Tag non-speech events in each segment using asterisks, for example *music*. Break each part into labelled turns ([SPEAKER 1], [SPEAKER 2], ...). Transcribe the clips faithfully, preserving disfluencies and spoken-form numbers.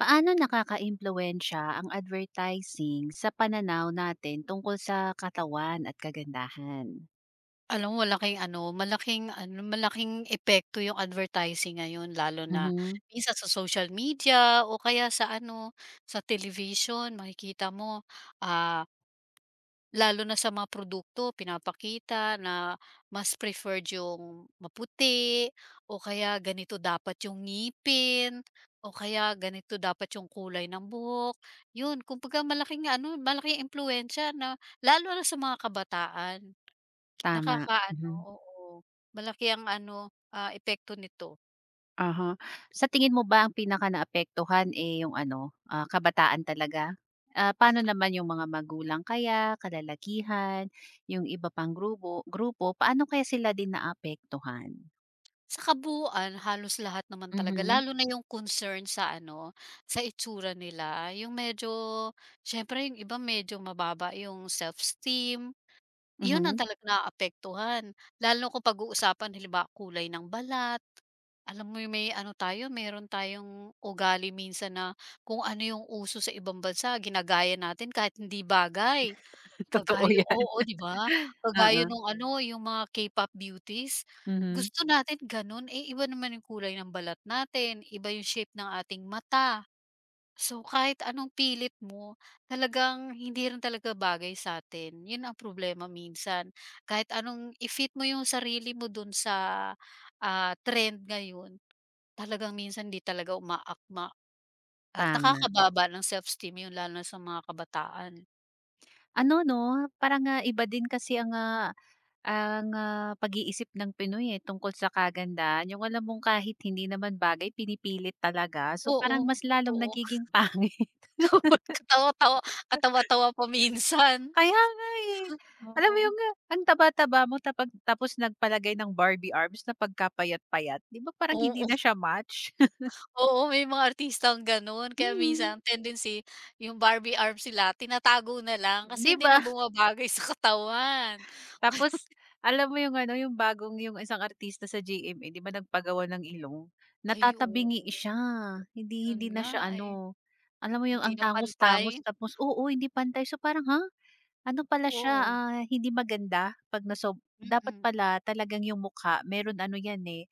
[SPEAKER 1] Paano nakaka nakakaimpluwensya ang advertising sa pananaw natin tungkol sa katawan at kagandahan?
[SPEAKER 2] Alam mo malaking ano, malaking ano, malaking epekto yung advertising ngayon lalo na
[SPEAKER 1] Mhm,
[SPEAKER 2] minsan sa social media o kaya sa ano, sa television makikita mo, ah, lalo na sa mga produkto pinapakita na mas preferred yung maputi o kaya ganito dapat yung ngipin o kaya ganito dapat yung kulay ng buhok. Yun kumbaga malaking ano, malaking impluwensiya na lalo na sa mga kabataan.
[SPEAKER 1] tama.
[SPEAKER 2] Nakakaano,
[SPEAKER 1] Mhm,
[SPEAKER 2] oo. Malaki ang ano, ah, epekto nito.
[SPEAKER 1] aha. Sa tingin mo ba ang pinakanaapektuhan, eh, yung ano, ah, kabataan talaga? Ah, paano naman yung mga magulang kaya, kalalakihan, yung iba pang grupo grupo, paano kaya sila din naapektuhan?
[SPEAKER 2] Sa kabuuan halos lahat naman talaga
[SPEAKER 1] Mhm,
[SPEAKER 2] lalo na yung concern sa ano, sa itsura nila yung medyo siyempre yung iba medyo mababa yung self-esteem, yun ang
[SPEAKER 1] mhm.
[SPEAKER 2] talagang naaapektuhan. Lalo kung pag-uusapan halimbawa kulay ng balat, alam mo yung may ano tayo meron tayong ugali minsan na kung ano yung uso sa ibang bansa ginagaya natin kahit hindi bagay.
[SPEAKER 1] *laughs* Totoo
[SPEAKER 2] Kagaya oo,
[SPEAKER 1] yan.
[SPEAKER 2] 'di ba? Kagaya
[SPEAKER 1] Oo,
[SPEAKER 2] nung ano, yung mga K-pop beauties.
[SPEAKER 1] mhm,
[SPEAKER 2] Gusto natin gano'n, eh, iba naman yung kulay ng balat natin, iba yung shape ng ating mata. So, kahit anong pilit mo, talagang hindi rin talaga bagay sa'tin. 'Yun ang problema minsan. Kahit anong i-fit mo yung sarili mo dun sa, ah, trend ngayon, talagang minsan hindi talaga umaakma. At
[SPEAKER 1] tama.
[SPEAKER 2] nakakababa ng self-esteem 'yun lalo na sa mga kabataan.
[SPEAKER 1] Ano 'no, parang, ah, iba din kasi ang, ah ang, ah, pag-iisip ng Pinoy, eh, tungkol sa kagandahan, yung alam mong kahit hindi naman bagay pinipilit talaga. So,
[SPEAKER 2] Oo,
[SPEAKER 1] parang mas lalong
[SPEAKER 2] totoo.
[SPEAKER 1] nagiging pangit. *laughs*
[SPEAKER 2] *laughs* Katawa-tawa katawa-tawa pa minsan.
[SPEAKER 1] Kaya nga, eh. Alam mo
[SPEAKER 2] Oo.
[SPEAKER 1] yung, ah, ang taba-taba mo tapag tapos nagpalagay ng Barbie arms na pagkapayat-payat. 'Di ba parang
[SPEAKER 2] Oo,
[SPEAKER 1] hindi na siya match? *laughs*
[SPEAKER 2] oo, may mga artistang gano'n. Kaya
[SPEAKER 1] Mm,
[SPEAKER 2] minsan tendency yung Barbie arm sila tinatago na lang kasi
[SPEAKER 1] 'di
[SPEAKER 2] hindi
[SPEAKER 1] ba?
[SPEAKER 2] na bumabagay sa katawan.
[SPEAKER 1] Tapos alam mo yung ano, yung bagong yung isang artista sa G M A 'di ba nagpagawa ng ilong,
[SPEAKER 2] Ay, oo,
[SPEAKER 1] natatabingi siya, hindi
[SPEAKER 2] yun
[SPEAKER 1] hindi na
[SPEAKER 2] nga,
[SPEAKER 1] siya
[SPEAKER 2] ay
[SPEAKER 1] ano, alam mo yung
[SPEAKER 2] hindi
[SPEAKER 1] ang
[SPEAKER 2] na pantay.
[SPEAKER 1] tangos-tangos tapos oo, hindi pantay. So parang, ha? Ano pala siya,
[SPEAKER 2] Oo,
[SPEAKER 1] ah, hindi maganda 'pag nasob dapat
[SPEAKER 2] mm,
[SPEAKER 1] pala talagang yung mukha meron ano yan, eh,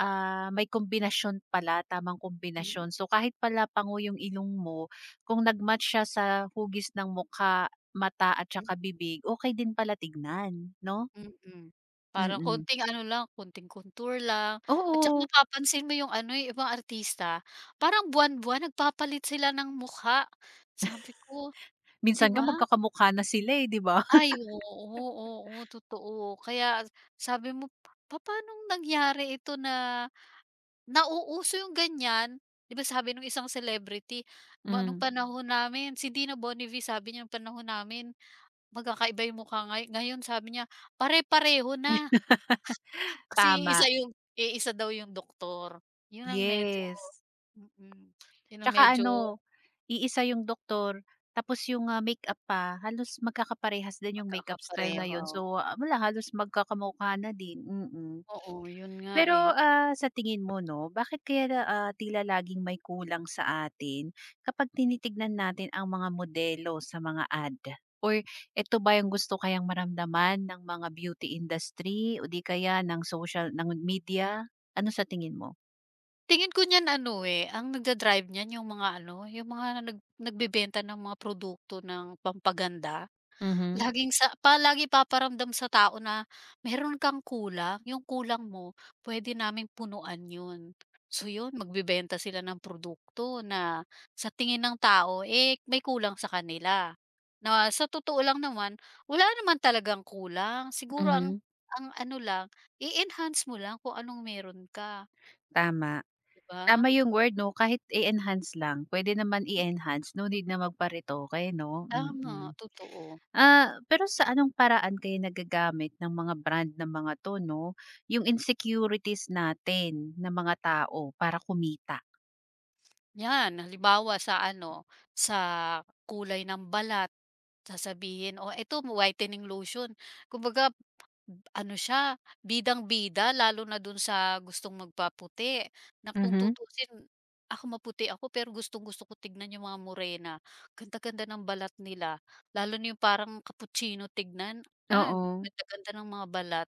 [SPEAKER 1] ah, may kombinasyon pala, tamang
[SPEAKER 2] mm,
[SPEAKER 1] kombinasyon. So kahit pala pango yung ilong mo, kung nag siya sa hugis ng mukha, mata at saka bibig, okey din pala tignan, 'no?
[SPEAKER 2] mm, mm. Parang
[SPEAKER 1] Mm.
[SPEAKER 2] konting ano lang, konting contour lang at saka
[SPEAKER 1] Oo,
[SPEAKER 2] napapansin mo yung ano, eh, ibang artista parang buwan-buwan nagpapalit sila ng mukha. Sabi ko
[SPEAKER 1] minsan
[SPEAKER 2] 'Di
[SPEAKER 1] nga
[SPEAKER 2] ba?
[SPEAKER 1] magkakamukha na sila, eh, 'di ba?
[SPEAKER 2] Ay, oo, oo, totoo. Kaya sabi mo, papaanong nangyari ito na nauuso yung ganyan? 'Di ba sabi nung isang celebrity, ba nung
[SPEAKER 1] Hmm,
[SPEAKER 2] panahon namin si Dina Bonnevie sabi niya nung panahon namin, magkakaiba yung mukha ngay ngayon sabi niya, pare-pareho na.
[SPEAKER 1] *laughs*
[SPEAKER 2] Kasi
[SPEAKER 1] tama,
[SPEAKER 2] isa yung eh isa daw yung doktor. Yun ang medyo
[SPEAKER 1] yes.
[SPEAKER 2] mm, mm, yun ang
[SPEAKER 1] Tsaka
[SPEAKER 2] medyo
[SPEAKER 1] ano, iisa yung doktor tapos yung, ah, makeup pa halos magkakaparehas din yung makeup style
[SPEAKER 2] magkakapareho.
[SPEAKER 1] ngayon. So, ah, wala halos magkakamukha na din, mm.
[SPEAKER 2] Oo, yun nga
[SPEAKER 1] Pero,
[SPEAKER 2] eh.
[SPEAKER 1] ah, sa tingin mo 'no, bakit kaya, ah, tila laging may kulang sa atin kapag tinitignan natin ang mga modelo sa mga ad? Or eto ba yung gusto kayang maramdaman ng mga beauty industry o di kaya ng social ng media? Ano sa tingin mo?
[SPEAKER 2] Tingin ko niyan ano, eh, ang nagda-drive niyan yung mga ano, yung mga nag nagbebenta ng mga produkto ng pampaganda.
[SPEAKER 1] Mhm,
[SPEAKER 2] Laging sa pa lagi paparamdam sa tao na meron kang kulang, yung kulang mo pwede naming punuan yun. So yun, magbebenta sila ng produkto na sa tingin ng tao, eh, may kulang sa kanila. Na sa totoo lang naman, wala naman talagang kulang, siguro ang
[SPEAKER 1] mhm.
[SPEAKER 2] ang ano lang, i-enhance mo lang kung anong meron ka,
[SPEAKER 1] Tama.
[SPEAKER 2] 'di ba?
[SPEAKER 1] Tama yung word 'no, kahit i-enhance lang, pwede naman i-enhance, no need na magpa-retoke 'no, mm.
[SPEAKER 2] Tama, totoo.
[SPEAKER 1] Ah, pero sa anong paraan kayo nagagamit ng mga brand ng mga 'to 'no, yung insecurities natin ng mga tao para kumita?
[SPEAKER 2] 'Yan, halimbawa sa ano, sa kulay ng balat, sasabihin, "Oh, ito whitening lotion." Kumbaga b- ano siya, bidang-bida lalo na dun sa gustong magpaputi, na kung
[SPEAKER 1] Mhm.
[SPEAKER 2] tutusin, ako maputi ako pero gustong-gusto ko tignan yung mga morena, ganda-ganda ng balat nila, lalo na yung parang cappuccino tignan, ah,
[SPEAKER 1] Oo.
[SPEAKER 2] ganda-ganda ng mga balat.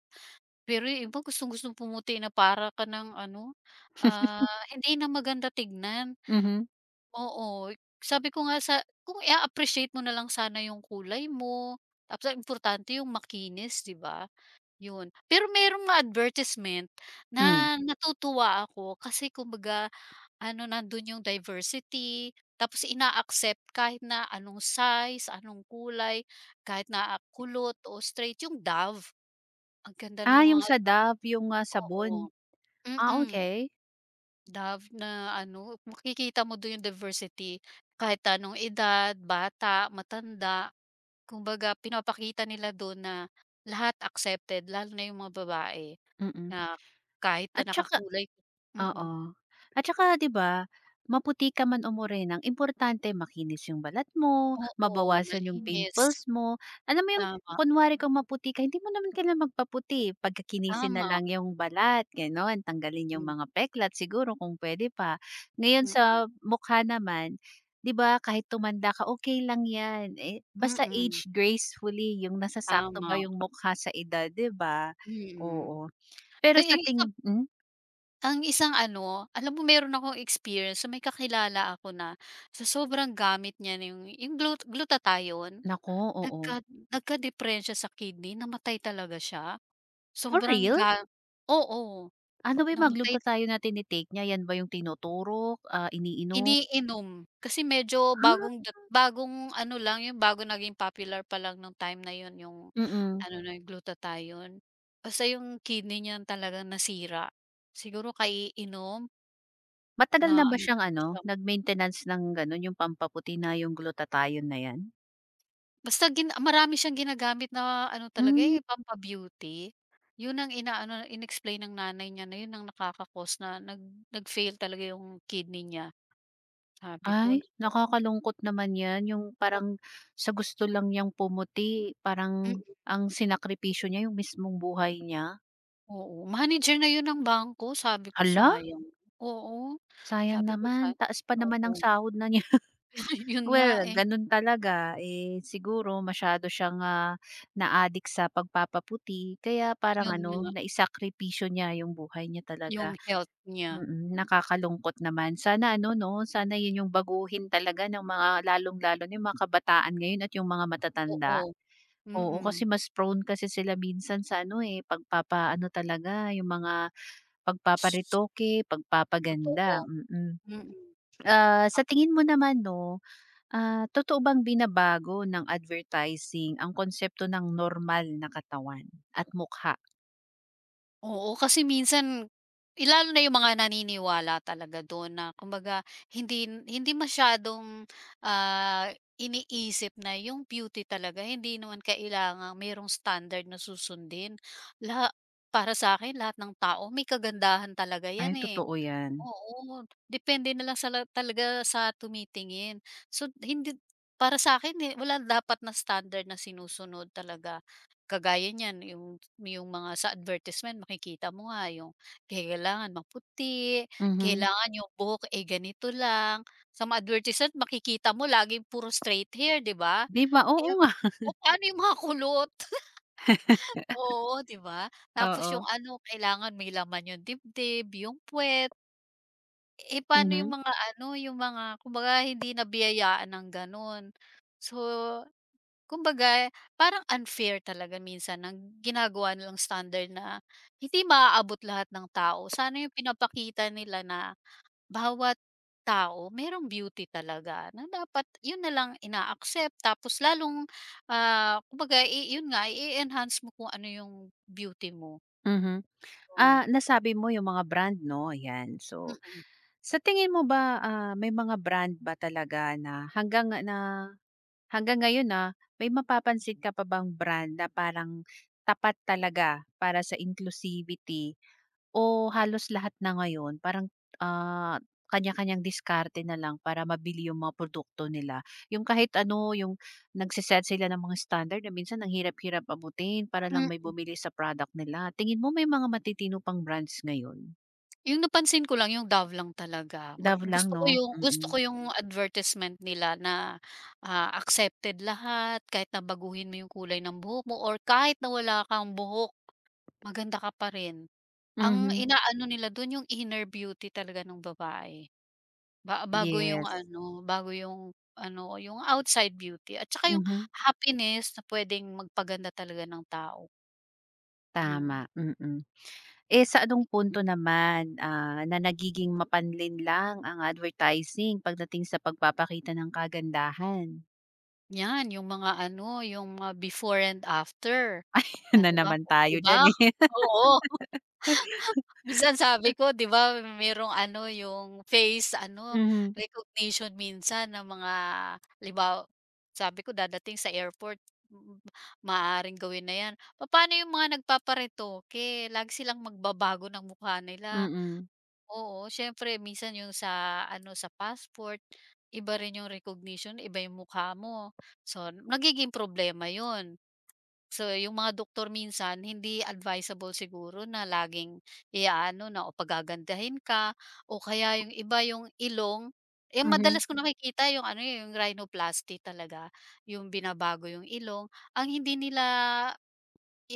[SPEAKER 2] Pero yung iba gustong-gustong pumuti na para ka ng ano,
[SPEAKER 1] *laughs*
[SPEAKER 2] ah, hindi na maganda tignan,
[SPEAKER 1] Mhm.
[SPEAKER 2] oo. Sabi ko nga sa kung i-a-appreciate mo na lang sana yung kulay mo, tapos ang importante yung makinis, 'di ba? Yun. Pero merong mga advertisement
[SPEAKER 1] Hmm.
[SPEAKER 2] na natutuwa ako kasi kumbaga ano, nandun yung diversity, tapos ina-accept kahit na anong size, anong kulay, kahit na ah, kulot o straight, yung Dove, ang ganda
[SPEAKER 1] Ah,
[SPEAKER 2] ng
[SPEAKER 1] yung
[SPEAKER 2] mga
[SPEAKER 1] sa Dove, yung, ah, sabon.
[SPEAKER 2] oo.
[SPEAKER 1] Ah,
[SPEAKER 2] Mm,
[SPEAKER 1] okey.
[SPEAKER 2] love na ano, makikita mo dun yung diversity kahit anong edad, bata, matanda. Kumbaga pinapakita nila dun na lahat accepted lalo na yung mga babae
[SPEAKER 1] Mm.
[SPEAKER 2] na kahit
[SPEAKER 1] At
[SPEAKER 2] na
[SPEAKER 1] tsaka
[SPEAKER 2] nakakulay mm.
[SPEAKER 1] oo. At saka 'di ba, maputi ka man o morena, ang importante makinis yung balat mo,
[SPEAKER 2] Oo,
[SPEAKER 1] mabawasan yung
[SPEAKER 2] malinis.
[SPEAKER 1] pimples mo. Alam mo yung
[SPEAKER 2] Tama,
[SPEAKER 1] kunwari kung maputi ka, hindi mo naman kailangan magpaputi, pagkakinisin na
[SPEAKER 2] tama.
[SPEAKER 1] lang yung balat, gano'n. Tanggalin yung
[SPEAKER 2] Mm
[SPEAKER 1] mga peklat siguro kung pwede pa. Ngayon
[SPEAKER 2] mm,
[SPEAKER 1] sa mukha naman, 'di ba kahit tumanda ka, okay lang 'yan, eh, basta
[SPEAKER 2] mm,
[SPEAKER 1] age gracefully, yung nasasakto ba
[SPEAKER 2] tama,
[SPEAKER 1] yung mukha sa edad, 'di ba?
[SPEAKER 2] mm. Mm.
[SPEAKER 1] Oo. Pero
[SPEAKER 2] Kaya
[SPEAKER 1] sa
[SPEAKER 2] yung isa
[SPEAKER 1] tingin hmm?
[SPEAKER 2] Ang isang ano, alam mo meron akong experience so may kakilala ako na sa sobrang gamit niya na yung yung glu glutathione
[SPEAKER 1] Naku, oo.
[SPEAKER 2] nagka nagkadipren siya sa kidney, namatay talaga siya.
[SPEAKER 1] For
[SPEAKER 2] Sobrang
[SPEAKER 1] real?
[SPEAKER 2] ga oo,
[SPEAKER 1] Ano ba yung mga globe
[SPEAKER 2] namatay
[SPEAKER 1] Tattayo na tini niya, yan ba yung tinuturok, ah, iniinom?
[SPEAKER 2] iniinom kasi medyo
[SPEAKER 1] Ah.
[SPEAKER 2] bagong dat bagong ano lang yung bago naging popular pa lang nung time na yun yung
[SPEAKER 1] Mm.
[SPEAKER 2] ano na yung glutathione. Basta yung kidney niya talagang nasira. Siguro kaiinom
[SPEAKER 1] Matagal
[SPEAKER 2] na
[SPEAKER 1] na ba
[SPEAKER 2] ano
[SPEAKER 1] siyang
[SPEAKER 2] talaga
[SPEAKER 1] ano,
[SPEAKER 2] siya
[SPEAKER 1] nag-maintenance ng gano'n, yung pampaputi na yung glutathione na yan?
[SPEAKER 2] Basta gin marami siyang ginagamit na ano talaga,
[SPEAKER 1] Hmm.
[SPEAKER 2] eh, pampa-beauty. Yun ang inaano inexplain ng nanay niya na yun ang nakaka-cause na nag nag-fail talaga yung kidney niya. Sabi ko,
[SPEAKER 1] Ay,
[SPEAKER 2] naku,
[SPEAKER 1] nakakalungkot naman yan, yung
[SPEAKER 2] o
[SPEAKER 1] parang sa gusto lang niyang pumuti, parang
[SPEAKER 2] Mm.
[SPEAKER 1] ang sinakripisyo niya yung mismong buhay niya.
[SPEAKER 2] oo, manager na yun ng bangko sabi ko,
[SPEAKER 1] Hala,
[SPEAKER 2] sayang. Oo,
[SPEAKER 1] sayang
[SPEAKER 2] sabi ko
[SPEAKER 1] naman,
[SPEAKER 2] sayang
[SPEAKER 1] taas pa naman ang
[SPEAKER 2] oo,
[SPEAKER 1] sahod na niya.
[SPEAKER 2] *laughs* yun nga,
[SPEAKER 1] Well,
[SPEAKER 2] eh,
[SPEAKER 1] gano'n talaga, eh, siguro masyado siyang, ah, na-addict sa pagpapaputi kaya parang
[SPEAKER 2] yun
[SPEAKER 1] ano,
[SPEAKER 2] nga,
[SPEAKER 1] naisakripisyo niya yung buhay niya
[SPEAKER 2] yung
[SPEAKER 1] talaga.
[SPEAKER 2] health niya.
[SPEAKER 1] Mm, nakakalungkot naman. Sana ano 'no, sana 'yun yung baguhin talaga ng mga lalong-lalo na yung mga kabataan ngayon at yung mga matatanda.
[SPEAKER 2] Totoo,
[SPEAKER 1] Oo,
[SPEAKER 2] mm.
[SPEAKER 1] kasi mas prone kasi sila minsan sa ano, eh, pagpapaano talaga, yung mga pagpaparetoke,
[SPEAKER 2] Totoo,
[SPEAKER 1] pagpapaganda, mm. Mm.
[SPEAKER 2] mm.
[SPEAKER 1] Ah, sa tingin mo naman 'no, ah, totoo bang binabago ng advertising ang konsepto ng normal na katawan at mukha?
[SPEAKER 2] Oo, kasi minsan eh, na yung mga naniniwala talaga dun na kumbaga hindi hindi masyadong, ah, iniisip na yung beauty talaga hindi naman kailangang mayroong standard na susundin. la Para sa akin lahat ng tao may kagandahan talaga
[SPEAKER 1] Ay,
[SPEAKER 2] 'yan, eh.
[SPEAKER 1] totoo 'yan.
[SPEAKER 2] Oo, depende na lang sa la talaga sa tumitingin. So, hindi para sa'kin, eh, wala dapat na standard na sinusunod talaga. Kagaya niyan, yung yung mga sa advertisement makikita mo nga yung kailangan maputi,
[SPEAKER 1] Mhm.
[SPEAKER 2] kailangan yung buhok, eh, ganito lang. Sa mga advertisement makikita mo laging puro straight hair, 'di ba?
[SPEAKER 1] 'Di ba?
[SPEAKER 2] Eh,
[SPEAKER 1] Oo nga, *laughs*
[SPEAKER 2] o paano yung mga kulot? *laughs* Oo, 'di ba? Tapos yung
[SPEAKER 1] oo.
[SPEAKER 2] ano, kailangan may laman yung dibdib, yung puwet. Eh, paano yung
[SPEAKER 1] Mhm,
[SPEAKER 2] mga ano, yung mga kumbaga hindi nabiyayaan ng gano'n. So, kumbaga parang unfair talaga minsan ng ginagawa nilang standard na hindi maaabot lahat ng tao. Sana yung pinapakita nila na bawat tao merong beauty talaga na dapat yun na lang ina-accept tapos lalong, ah, kumbaga i yun nga i-enhance mo kung ano yung beauty mo,
[SPEAKER 1] mhm.
[SPEAKER 2] yun.
[SPEAKER 1] Ah, nasabi mo yung mga brand 'no, ayan. So, sa tingin mo ba, ah, may mga brand ba talaga na hanggang na hanggang ngayon, na may mapapansin ka pa bang brand na parang tapat talaga para sa inclusivity o halos lahat na ngayon parang, ah, kanya-kanyang diskarte na lang para mabili yung mga produkto nila? Yung kahit ano, yung nagse-set sila ng mga standard na minsan ang hirap-hirap abutin para lang may
[SPEAKER 2] Mm.
[SPEAKER 1] bumili sa product nila. Tingin mo may mga matitino pang brands ngayon?
[SPEAKER 2] Yung napansin ko lang yung Dove lang talaga mag
[SPEAKER 1] Love lang
[SPEAKER 2] gusto ko
[SPEAKER 1] 'no?
[SPEAKER 2] yung gusto
[SPEAKER 1] Mm.
[SPEAKER 2] ko yung advertisement nila na, ah, accepted lahat kahit na baguhin mo yung kulay ng buhok mo or kahit na wala kang buhok, maganda ka pa rin. Ang
[SPEAKER 1] Mhm.
[SPEAKER 2] inaano nila dun yung inner beauty talaga ng babae. Ba bago yung
[SPEAKER 1] Yes.
[SPEAKER 2] ano, bago yung ano, yung outside beauty at saka yung
[SPEAKER 1] Mhm.
[SPEAKER 2] happiness na puwedeng magpaganda talaga ng tao,
[SPEAKER 1] Tama,
[SPEAKER 2] yun.
[SPEAKER 1] mm. Eh, sa anong punto naman, ah, na nagiging mapanlin lang ang advertising pagdating sa pagpapakita ng kagandahan?
[SPEAKER 2] 'Yan yung mga ano, yung mga before and after.
[SPEAKER 1] *laughs*
[SPEAKER 2] Ah,
[SPEAKER 1] na
[SPEAKER 2] 'di ba?
[SPEAKER 1] naman
[SPEAKER 2] *laughs* Oh, 'di
[SPEAKER 1] tayo
[SPEAKER 2] ba?
[SPEAKER 1] diyan,
[SPEAKER 2] *laughs*
[SPEAKER 1] eh.
[SPEAKER 2] Oo.
[SPEAKER 1] *laughs*
[SPEAKER 2] Minsan sabi ko 'di ba merong ano yung face ano
[SPEAKER 1] Mhm,
[SPEAKER 2] recognition minsan ng mga halimbawa sabi ko dadating sa airport, mm, maaaring gawin na 'yan. Papaano yung mga nagpaparetoke lagi silang magbabago ng mukha nila.
[SPEAKER 1] mm,
[SPEAKER 2] Oo, siyempre minsan yung sa ano sa passport, iba rin yung recognition, iba yung mukha mo. So nagiging problema 'yun. So, yung mga doktor minsan hindi advisable siguro na laging iaano na o pagagandahin ka o kaya yung iba yung ilong, yung
[SPEAKER 1] mhm.
[SPEAKER 2] madalas ko nakikita yung ano, eh, yung rhinoplasty talaga, yung binabago yung ilong. Ang hindi nila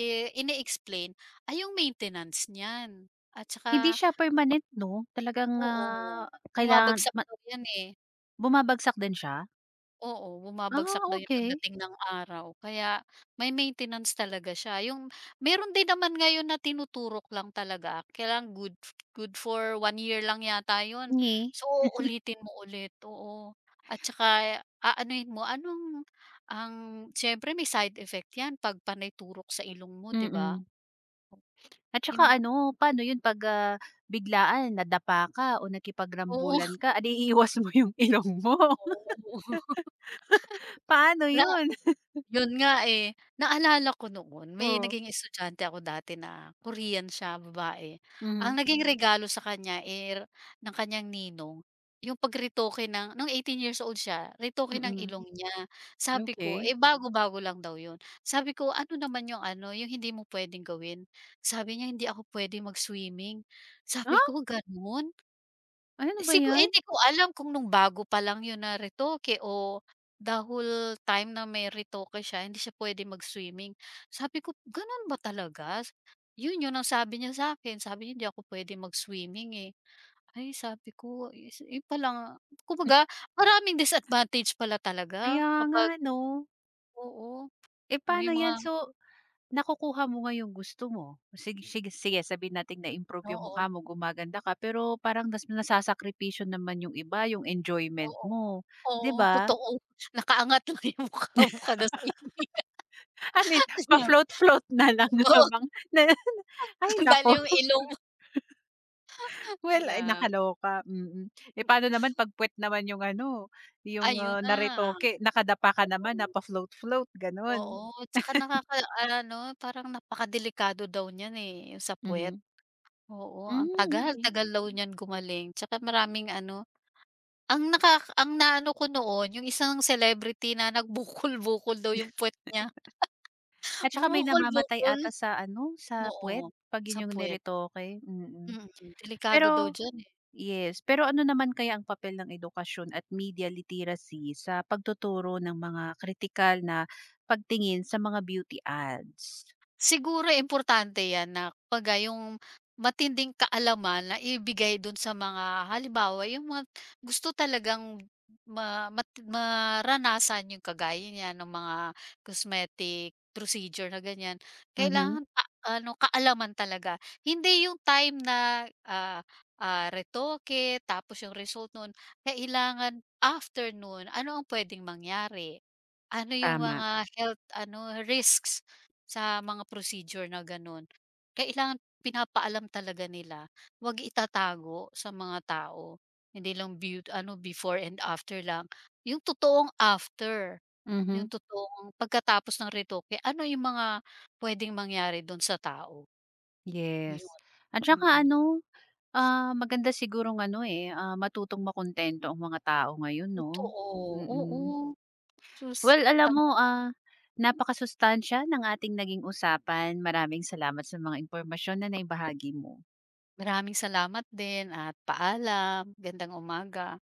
[SPEAKER 2] i ine-explain ay yung maintenance niyan at saka
[SPEAKER 1] Hindi siya permanent 'no? Talagang,
[SPEAKER 2] oo,
[SPEAKER 1] ah, kailangan
[SPEAKER 2] bumabagsak
[SPEAKER 1] ma
[SPEAKER 2] daw yan, eh.
[SPEAKER 1] bumabagsak din siya?
[SPEAKER 2] Oo,
[SPEAKER 1] Ah,
[SPEAKER 2] bumabagsak daw yung
[SPEAKER 1] okey.
[SPEAKER 2] pagdating ng araw kaya may maintenance talaga siya. Yung meron din naman ngayon na tinuturok lang talaga kailang good good for one year lang yata yon.
[SPEAKER 1] Nge,
[SPEAKER 2] So, ulitin mo ulit, oo. At saka aanuhin mo anong ang siyempre may side effect yan 'pag panay turok sa ilong mo, 'di ba?
[SPEAKER 1] mm. At saka
[SPEAKER 2] Hin
[SPEAKER 1] ano, paano 'yun 'pag, ah, biglaan nadapa ka o
[SPEAKER 2] oo,
[SPEAKER 1] nakipagrambulan ka, adi iwas mo yung ilong mo.
[SPEAKER 2] *laughs* oo.
[SPEAKER 1] *laughs* Paano 'yun? *laughs*
[SPEAKER 2] Yun nga, eh. Naalala ko noon may
[SPEAKER 1] Oh,
[SPEAKER 2] naging estudyante ako dati na Korean siya, babae.
[SPEAKER 1] mhm,
[SPEAKER 2] Ang naging Hmm. regalo sa kanya, eh, r- ng kanyang ninong yung pag ng nung eighteen years old siya, retoke ng
[SPEAKER 1] mm.
[SPEAKER 2] ilong niya. Sabi ko,
[SPEAKER 1] Okey.
[SPEAKER 2] eh, Mm. bago-bago lang daw yun. Sabi ko, "Ano naman yung ano, yung hindi mo puwedeng gawin?" Sabi niya, "Hindi ako puwede mag-swimming." Sabi
[SPEAKER 1] Ah,
[SPEAKER 2] ko, "Gano'n?"
[SPEAKER 1] ano ba
[SPEAKER 2] Sigu eh,
[SPEAKER 1] 'yan?
[SPEAKER 2] hindi ko alam kung nung bago pa lang yun na retoke o the whole time na may retoke siya hindi siya pwede mag-swimming. Sabi ko, "Gano'n ba talaga?" Yun yun ang sabi niya sa'kin, sabi niya, "Hindi ako pwede mag-swimming, eh." Ay, sabi ko, is yun pala kumbaga maraming disadvantage pala talaga
[SPEAKER 1] Kaya nga
[SPEAKER 2] kapag
[SPEAKER 1] 'no.
[SPEAKER 2] oo,
[SPEAKER 1] Eh,
[SPEAKER 2] may
[SPEAKER 1] paano
[SPEAKER 2] mga
[SPEAKER 1] 'yan? So, nakukuha mo nga yung gusto mo. Sige sige sige sabihin nating na-improve yung mukha
[SPEAKER 2] oo,
[SPEAKER 1] mo, gumaganda ka, pero parang nas nasasakripisyo naman yung iba, yung enjoyment
[SPEAKER 2] oo.
[SPEAKER 1] mo, 'di
[SPEAKER 2] Oo,
[SPEAKER 1] ba?
[SPEAKER 2] totoo. Nakaangat lang yung mukha mo kada swimming.
[SPEAKER 1] *laughs* Ano 'yun,
[SPEAKER 2] *laughs*
[SPEAKER 1] pa-float-float na lang *laughs*
[SPEAKER 2] Oo,
[SPEAKER 1] habang na ay
[SPEAKER 2] bale
[SPEAKER 1] naku,
[SPEAKER 2] yung ilong.
[SPEAKER 1] well, ay
[SPEAKER 2] Gra
[SPEAKER 1] nakaloka, mm. Eh, paano naman 'pag puwet naman yung ano, yung,
[SPEAKER 2] Ayun
[SPEAKER 1] ah,
[SPEAKER 2] na,
[SPEAKER 1] naretoke, nakadapa ka naman,
[SPEAKER 2] oo.
[SPEAKER 1] napa-float-float, gano'n?
[SPEAKER 2] Oo, tsaka
[SPEAKER 1] *laughs*
[SPEAKER 2] nakakaano, parang napakadelikado daw niyan, eh, yung sa puwet.
[SPEAKER 1] Mhm.
[SPEAKER 2] Oo, ang
[SPEAKER 1] Hmm, okey.
[SPEAKER 2] tagal-tagal daw niyan gumaling tsaka maraming ano, ang naka ang naano ko noon yung isang celebrity na nagbukol-bukol daw yung puwet niya,
[SPEAKER 1] At saka may namamatay
[SPEAKER 2] bumukol-bukol.
[SPEAKER 1] ata sa ano, sa
[SPEAKER 2] Oo,
[SPEAKER 1] puwet 'pag
[SPEAKER 2] sa
[SPEAKER 1] yun yung
[SPEAKER 2] puwet,
[SPEAKER 1] niretoke, mm.
[SPEAKER 2] mm, delikado daw
[SPEAKER 1] Pero
[SPEAKER 2] diyan, eh.
[SPEAKER 1] yes, pero ano naman kaya ang papel ng edukasyon at media literacy sa pagtuturo ng mga kritikal na pagtingin sa mga beauty ads?
[SPEAKER 2] Siguro importante 'yan na kumbaga yung matinding kaalaman na ibigay dun sa mga halimbawa yung mga gusto talagang ma mat maranasan yung kagaya niyan ng mga cosmetic procedure na ganyan.
[SPEAKER 1] Mhm,
[SPEAKER 2] Kailangan ka ano, kaalaman talaga. Hindi yung time na, ah, ah, retoke tapos yung result nun kailangan after nun ano ang pwedeng mangyari. Ano yung
[SPEAKER 1] tama.
[SPEAKER 2] mga health ano, risks sa mga procedure na gano'n. Kailangan pinapaalam talaga nila, 'wag itatago sa mga tao. Hindi lang be ano, before and after lang. Yung totoong after, yung
[SPEAKER 1] Mhm,
[SPEAKER 2] totoong pagkatapos ng retoke, ano yung mga puwedeng mangyari do'n sa tao, yun,
[SPEAKER 1] yes. At saka
[SPEAKER 2] mm.
[SPEAKER 1] ano, ah, maganda sigurong ano, eh, ah, matutong makuntento ang mga tao ngayon 'no?
[SPEAKER 2] Totoo,
[SPEAKER 1] Mm.
[SPEAKER 2] oo. Sus,
[SPEAKER 1] Well, alam
[SPEAKER 2] tam-
[SPEAKER 1] mo, ah, napakasustansiya ng ating naging usapan. Maraming salamat sa mga impormasyon na naibahagi mo.
[SPEAKER 2] maraming salamat din at paalam, gandang umaga.